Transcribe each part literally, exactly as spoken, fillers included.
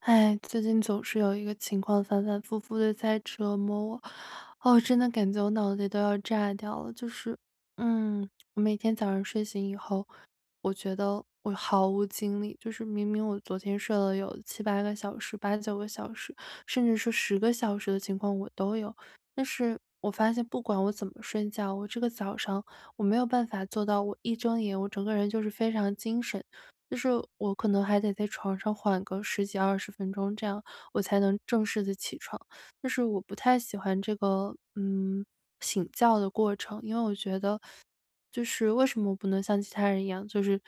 哎，最近总是有一个情况反反复复的在折磨我，哦，真的感觉我脑袋都要炸掉了。就是，嗯，我每天早上睡醒以后，我觉得我毫无精力，就是明明我昨天睡了有七八个小时、八九个小时，甚至说十个小时的情况我都有，但是我发现不管我怎么睡觉，我这个早上我没有办法做到，我一睁眼我整个人就是非常精神。就是我可能还得在床上缓个十几二十分钟，这样我才能正式的起床。就是我不太喜欢这个，嗯，醒觉的过程，因为我觉得就是为什么我不能像其他人一样，就是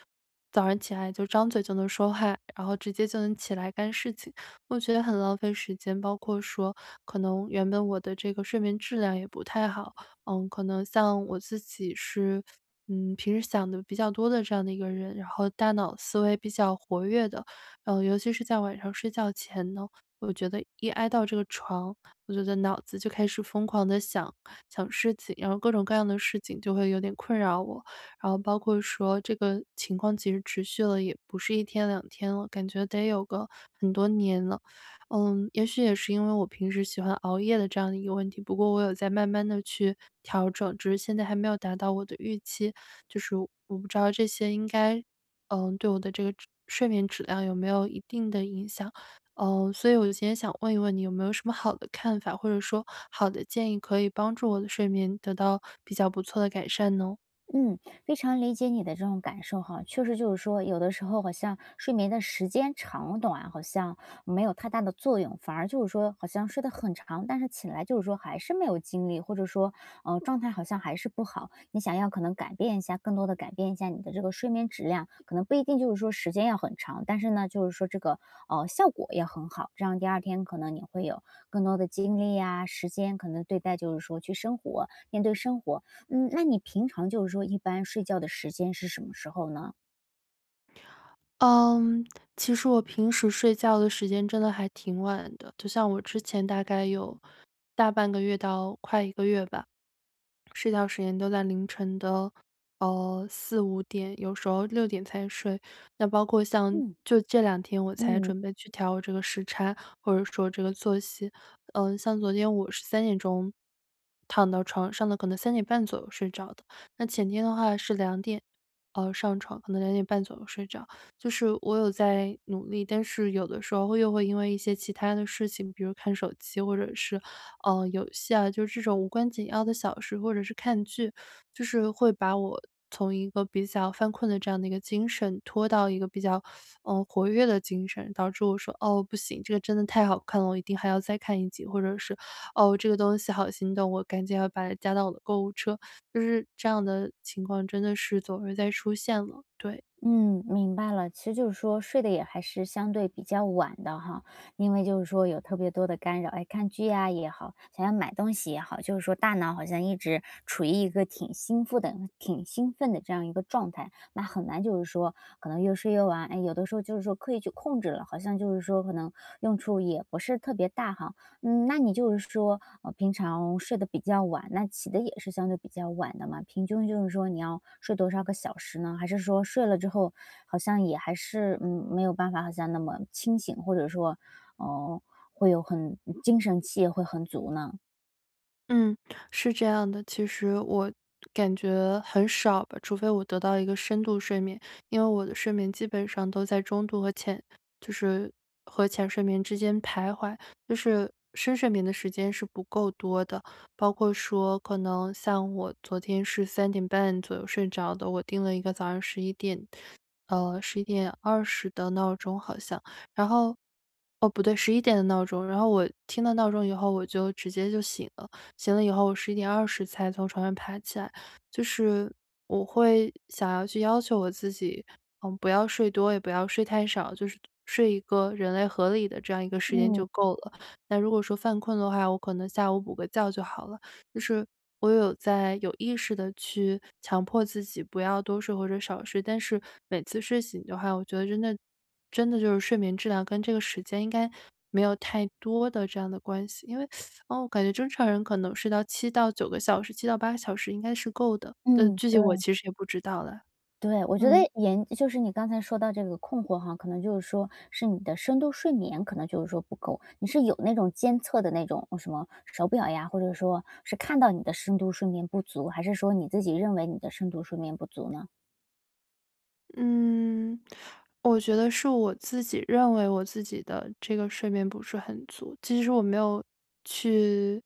早上起来就张嘴就能说话，然后直接就能起来干事情，我觉得很浪费时间。包括说可能原本我的这个睡眠质量也不太好，嗯，可能像我自己是，嗯，平时想的比较多的这样的一个人，然后大脑思维比较活跃的，嗯，尤其是在晚上睡觉前呢，我觉得一挨到这个床，我觉得脑子就开始疯狂的想想事情，然后各种各样的事情就会有点困扰我，然后包括说这个情况其实持续了也不是一天两天了，感觉得有个很多年了。嗯，也许也是因为我平时喜欢熬夜的这样的一个问题，不过我有在慢慢的去调整，只是现在还没有达到我的预期。就是我不知道这些应该，嗯，对我的这个质睡眠质量有没有一定的影响。嗯，所以我今天想问一问你有没有什么好的看法，或者说好的建议可以帮助我的睡眠得到比较不错的改善呢？嗯，非常理解你的这种感受哈，确实就是说，有的时候好像睡眠的时间长短好像没有太大的作用，反而就是说好像睡得很长，但是起来就是说还是没有精力，或者说呃状态好像还是不好。你想要可能改变一下，更多的改变一下你的这个睡眠质量，可能不一定就是说时间要很长，但是呢就是说这个呃效果也很好，这样第二天可能你会有更多的精力呀、时间，可能对待就是说去生活，面对生活。嗯，那你平常就是说一般睡觉的时间是什么时候呢？嗯，其实我平时睡觉的时间真的还挺晚的，就像我之前大概有大半个月到快一个月吧，睡觉时间都在凌晨的，呃四五点，有时候六点才睡。那包括像嗯。就这两天我才嗯。准备去调我这个时差，或者说这个作息。嗯，像昨天我是三点钟躺到床上的，可能三点半左右睡着的。那前天的话是两点，呃，上床，可能两点半左右睡着。就是我有在努力，但是有的时候又会因为一些其他的事情，比如看手机或者是，呃，游戏啊，就是这种无关紧要的小事，或者是看剧，就是会把我从一个比较犯困的这样的一个精神拖到一个比较，嗯，呃活跃的精神，导致我说：“哦，不行，这个真的太好看了，我一定还要再看一集。”或者是“哦，这个东西好心动，我赶紧要把它加到我的购物车。”就是这样的情况真的是总是在出现了，对。嗯，明白了。其实就是说睡得也还是相对比较晚的哈，因为就是说有特别多的干扰，哎，看剧呀也好，想要买东西也好，就是说大脑好像一直处于一个挺兴奋的、挺兴奋的这样一个状态，那很难就是说可能越睡越晚。哎，有的时候就是说刻意去控制了，好像就是说可能用处也不是特别大哈。嗯，那你就是说，呃，平常睡得比较晚，那起的也是相对比较晚的嘛？平均就是说你要睡多少个小时呢？还是说睡了之后，好像也还是嗯没有办法，好像那么清醒，或者说，哦、会有很嗯精神气也会很足呢？嗯，是这样的，其实我感觉很少吧，除非我得到一个深度睡眠，因为我的睡眠基本上都在中度和浅，就是和浅睡眠之间徘徊，就是深睡眠的时间是不够多的。包括说，可能像我昨天是三点半左右睡着的，我定了一个早上十一点，呃，十一点二十的闹钟好像，然后哦不对，十一点的闹钟，然后我听到闹钟以后，我就直接就醒了。醒了以后，我十一点二十才从床上爬起来。就是我会想要去要求我自己，嗯，不要睡多，也不要睡太少，就是睡一个人类合理的这样一个时间嗯。就够了。那如果说犯困的话，我可能下午补个觉就好了。就是我有在有意识的去强迫自己不要多睡或者少睡，但是每次睡醒的话，我觉得真的真的就是睡眠质量跟这个时间应该没有太多的这样的关系。因为哦，我感觉正常人可能睡到七到九个小时七到八个小时应该是够的，呃，嗯。具体我对。其实也不知道了。对，我觉得嗯，研就是你刚才说到这个困惑哈，可能就是说是你的深度睡眠可能就是说不够，你是有那种监测的那种什么手表呀，或者说是看到你的深度睡眠不足，还是说你自己认为你的深度睡眠不足呢？嗯，我觉得是我自己认为我自己的这个睡眠不是很足，其实我没有去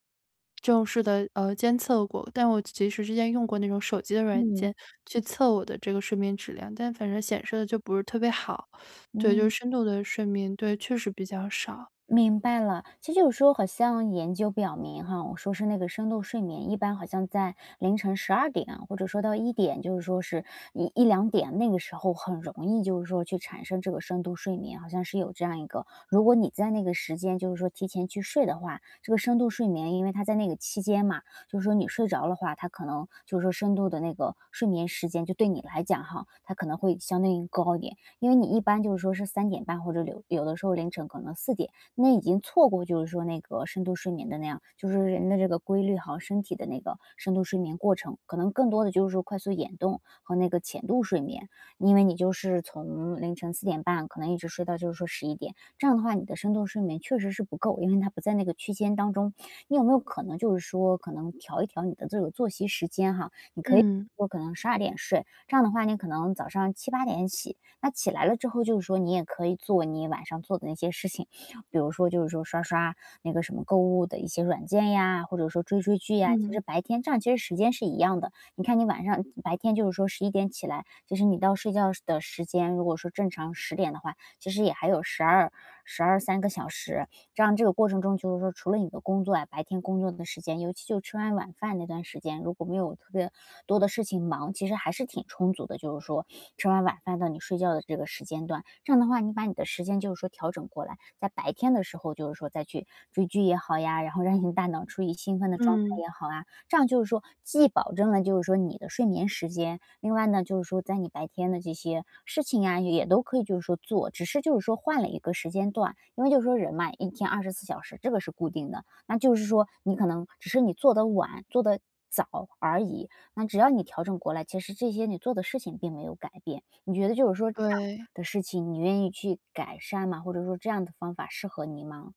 正式的呃，监测过，但我其实之前用过那种手机的软嗯。件去测我的这个睡眠质量，但反正显示的就不是特别好。对，就是嗯。深度的睡眠，对，确实比较少。明白了，其实有时候好像研究表明哈，我说是那个深度睡眠，一般好像在凌晨十二点啊或者说到一点，就是说是一一两点那个时候很容易就是说去产生这个深度睡眠，好像是有这样一个，如果你在那个时间就是说提前去睡的话，这个深度睡眠，因为他在那个期间嘛，就是说你睡着的话，他可能就是说深度的那个睡眠时间就对你来讲哈，他可能会相对应高一点，因为你一般就是说是三点半或者有有的时候凌晨可能四点。那已经错过就是说那个深度睡眠的那样，就是人的这个规律哈，身体的那个深度睡眠过程，可能更多的就是说快速眼动和那个浅度睡眠。因为你就是从凌晨四点半可能一直睡到就是说十一点，这样的话你的深度睡眠确实是不够，因为它不在那个区间当中。你有没有可能就是说可能调一调你的这个作息时间哈？你可以嗯，说可能十二点睡，这样的话你可能早上七八点起，那起来了之后就是说你也可以做你晚上做的那些事情，比如说就是说刷刷那个什么购物的一些软件呀，或者说追追剧呀，其嗯，实白天这样其实时间是一样的。你看你晚上白天就是说十一点起来，其实你到睡觉的时间，如果说正常十点的话，其实也还有十二、十二三个小时。这样这个过程中就是说除了你的工作啊，白天工作的时间，尤其就吃完晚饭那段时间，如果没有特别多的事情忙，其实还是挺充足的，就是说吃完晚饭到你睡觉的这个时间段。这样的话，你把你的时间就是说调整过来，在白天的时候就是说再去追剧也好呀，然后让你的大脑处于兴奋的状态嗯，也好啊，这样就是说既保证了就是说你的睡眠时间，另外呢就是说在你白天的这些事情啊，也都可以就是说做，只是就是说换了一个时间段，因为就是说人嘛，一天二十四小时这个是固定的，那就是说你可能只是你做的晚，做的。早而已，那只要你调整过来，其实这些你做的事情并没有改变，你觉得就是说这样对。的事情，你愿意去改善吗？或者说这样的方法适合你吗？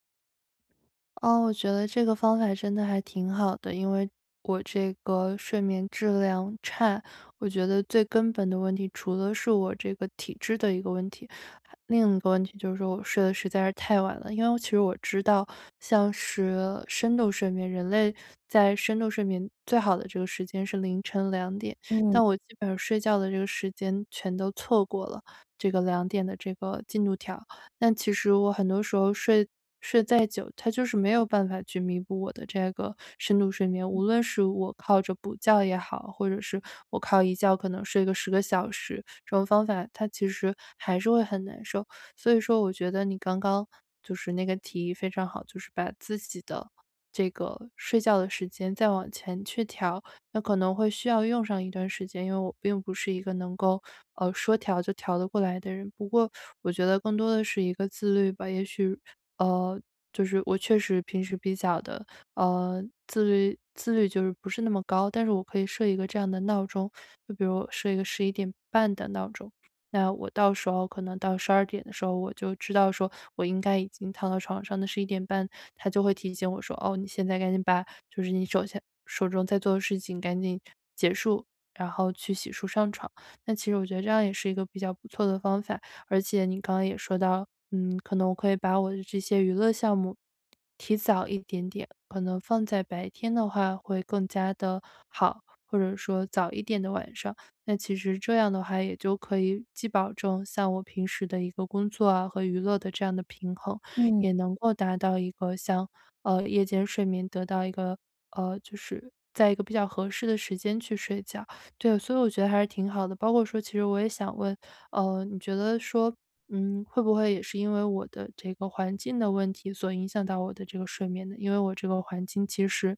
哦，我觉得这个方法真的还挺好的，因为我这个睡眠质量差，我觉得最根本的问题，除了是我这个体质的一个问题，还另一个问题就是说我睡得实在是太晚了。因为我其实我知道，像是深度睡眠，人类在深度睡眠最好的这个时间是凌晨两点，嗯。但我基本上睡觉的这个时间全都错过了这个两点的这个进度条。但其实我很多时候睡睡再久，它就是没有办法去弥补我的这个深度睡眠。无论是我靠着补觉也好，或者是我靠一觉可能睡个十个小时，这种方法它其实还是会很难受。所以说我觉得你刚刚就是那个提议非常好，就是把自己的这个睡觉的时间再往前去调，那可能会需要用上一段时间，因为我并不是一个能够，呃，说调就调得过来的人。不过我觉得更多的是一个自律吧，也许，呃，就是我确实平时比较的，呃，自律自律就是不是那么高，但是我可以设一个这样的闹钟，就比如设一个十一点半的闹钟。那我到时候可能到十二点的时候，我就知道说我应该已经躺到床上，那十一点半他就会提醒我说：“哦，你现在赶紧把就是你手下手中在做的事情赶紧结束，然后去洗漱上床。”那其实我觉得这样也是一个比较不错的方法，而且你刚刚也说到，嗯，可能我可以把我的这些娱乐项目提早一点点，可能放在白天的话会更加的好，或者说早一点的晚上。那其实这样的话，也就可以既保证像我平时的一个工作啊和娱乐的这样的平衡，嗯，也能够达到一个像呃夜间睡眠得到一个呃就是在一个比较合适的时间去睡觉。对，所以我觉得还是挺好的。包括说，其实我也想问，呃，你觉得说，嗯，会不会也是因为我的这个环境的问题所影响到我的这个睡眠呢？因为我这个环境其实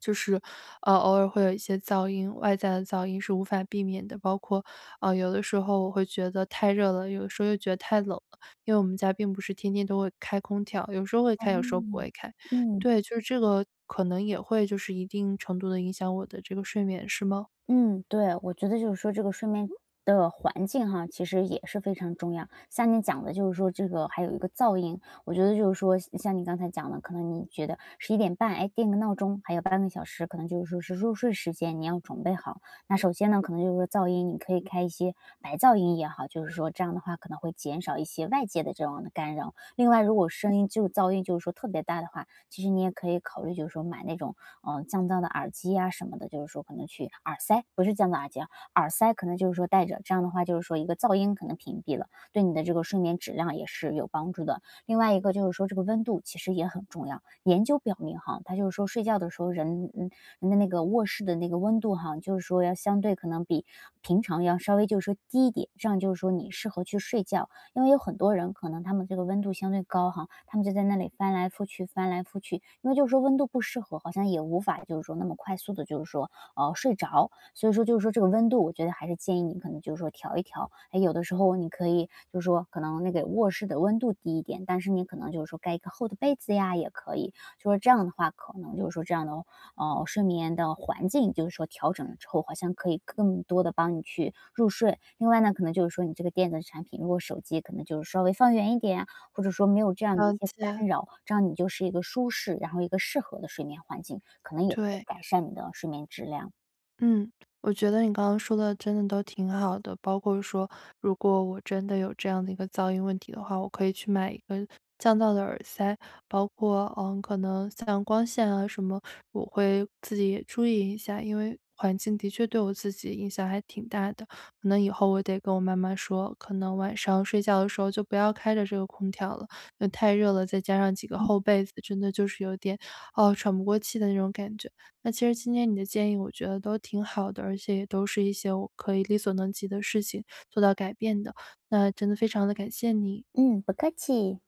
就是，呃，偶尔会有一些噪音，外在的噪音是无法避免的。包括，呃，有的时候我会觉得太热了，有的时候又觉得太冷了，因为我们家并不是天天都会开空调，有时候会开，有时候不会哦。开。嗯。对，就是这个可能也会就是一定程度的影响我的这个睡眠，是吗？嗯，对，我觉得就是说这个睡眠的环境哈，其实也是非常重要。像你讲的，就是说这个还有一个噪音，我觉得就是说像你刚才讲的，可能你觉得十一点半，哎，定个闹钟，还有半个小时，可能就是说是入睡时间，你要准备好。那首先呢，可能就是说噪音，你可以开一些白噪音也好，就是说这样的话可能会减少一些外界的这种的干扰。另外，如果声音就是噪音就是说特别大的话，其实你也可以考虑，就是说买那种呃降噪的耳机啊什么的，就是说可能去耳塞，不是降噪耳机啊，耳塞可能就是说戴着，这样的话就是说一个噪音可能屏蔽了，对你的这个睡眠质量也是有帮助的。另外一个就是说这个温度其实也很重要。研究表明哈，它就是说睡觉的时候人嗯人的那个卧室的那个温度哈，就是说要相对可能比平常要稍微就是说低一点，这样就是说你适合去睡觉。因为有很多人可能他们这个温度相对高哈，他们就在那里翻来覆去，翻来覆去，因为就是说温度不适合，好像也无法就是说那么快速的，就是说，呃，睡着。所以说就是说这个温度，我觉得还是建议你可能就是说调一调。哎，有的时候你可以就是说可能那个卧室的温度低一点，但是你可能就是说盖一个厚的被子呀也可以，就是这样的话，可能就是说这样的哦，睡眠的环境，就是说调整了之后，好像可以更多的帮你去入睡。另外呢，可能就是说你这个电子产品，如果手机可能就是稍微放远一点啊或者说没有这样的了一些解，干扰，这样你就是一个舒适，然后一个适合的睡眠环境，可能也会对。改善你的睡眠质量。嗯，我觉得你刚刚说的真的都挺好的，包括说，如果我真的有这样的一个噪音问题的话，我可以去买一个降噪的耳塞，包括嗯，可能像光线啊什么，我会自己也注意一下，因为环境的确对我自己影响还挺大的。可能以后我得跟我妈妈说，可能晚上睡觉的时候就不要开着这个空调了，那太热了，再加上几个厚被子，真的就是有点哦喘不过气的那种感觉。那其实今天你的建议我觉得都挺好的，而且也都是一些我可以力所能及的事情做到改变的。那真的非常的感谢你。嗯，不客气。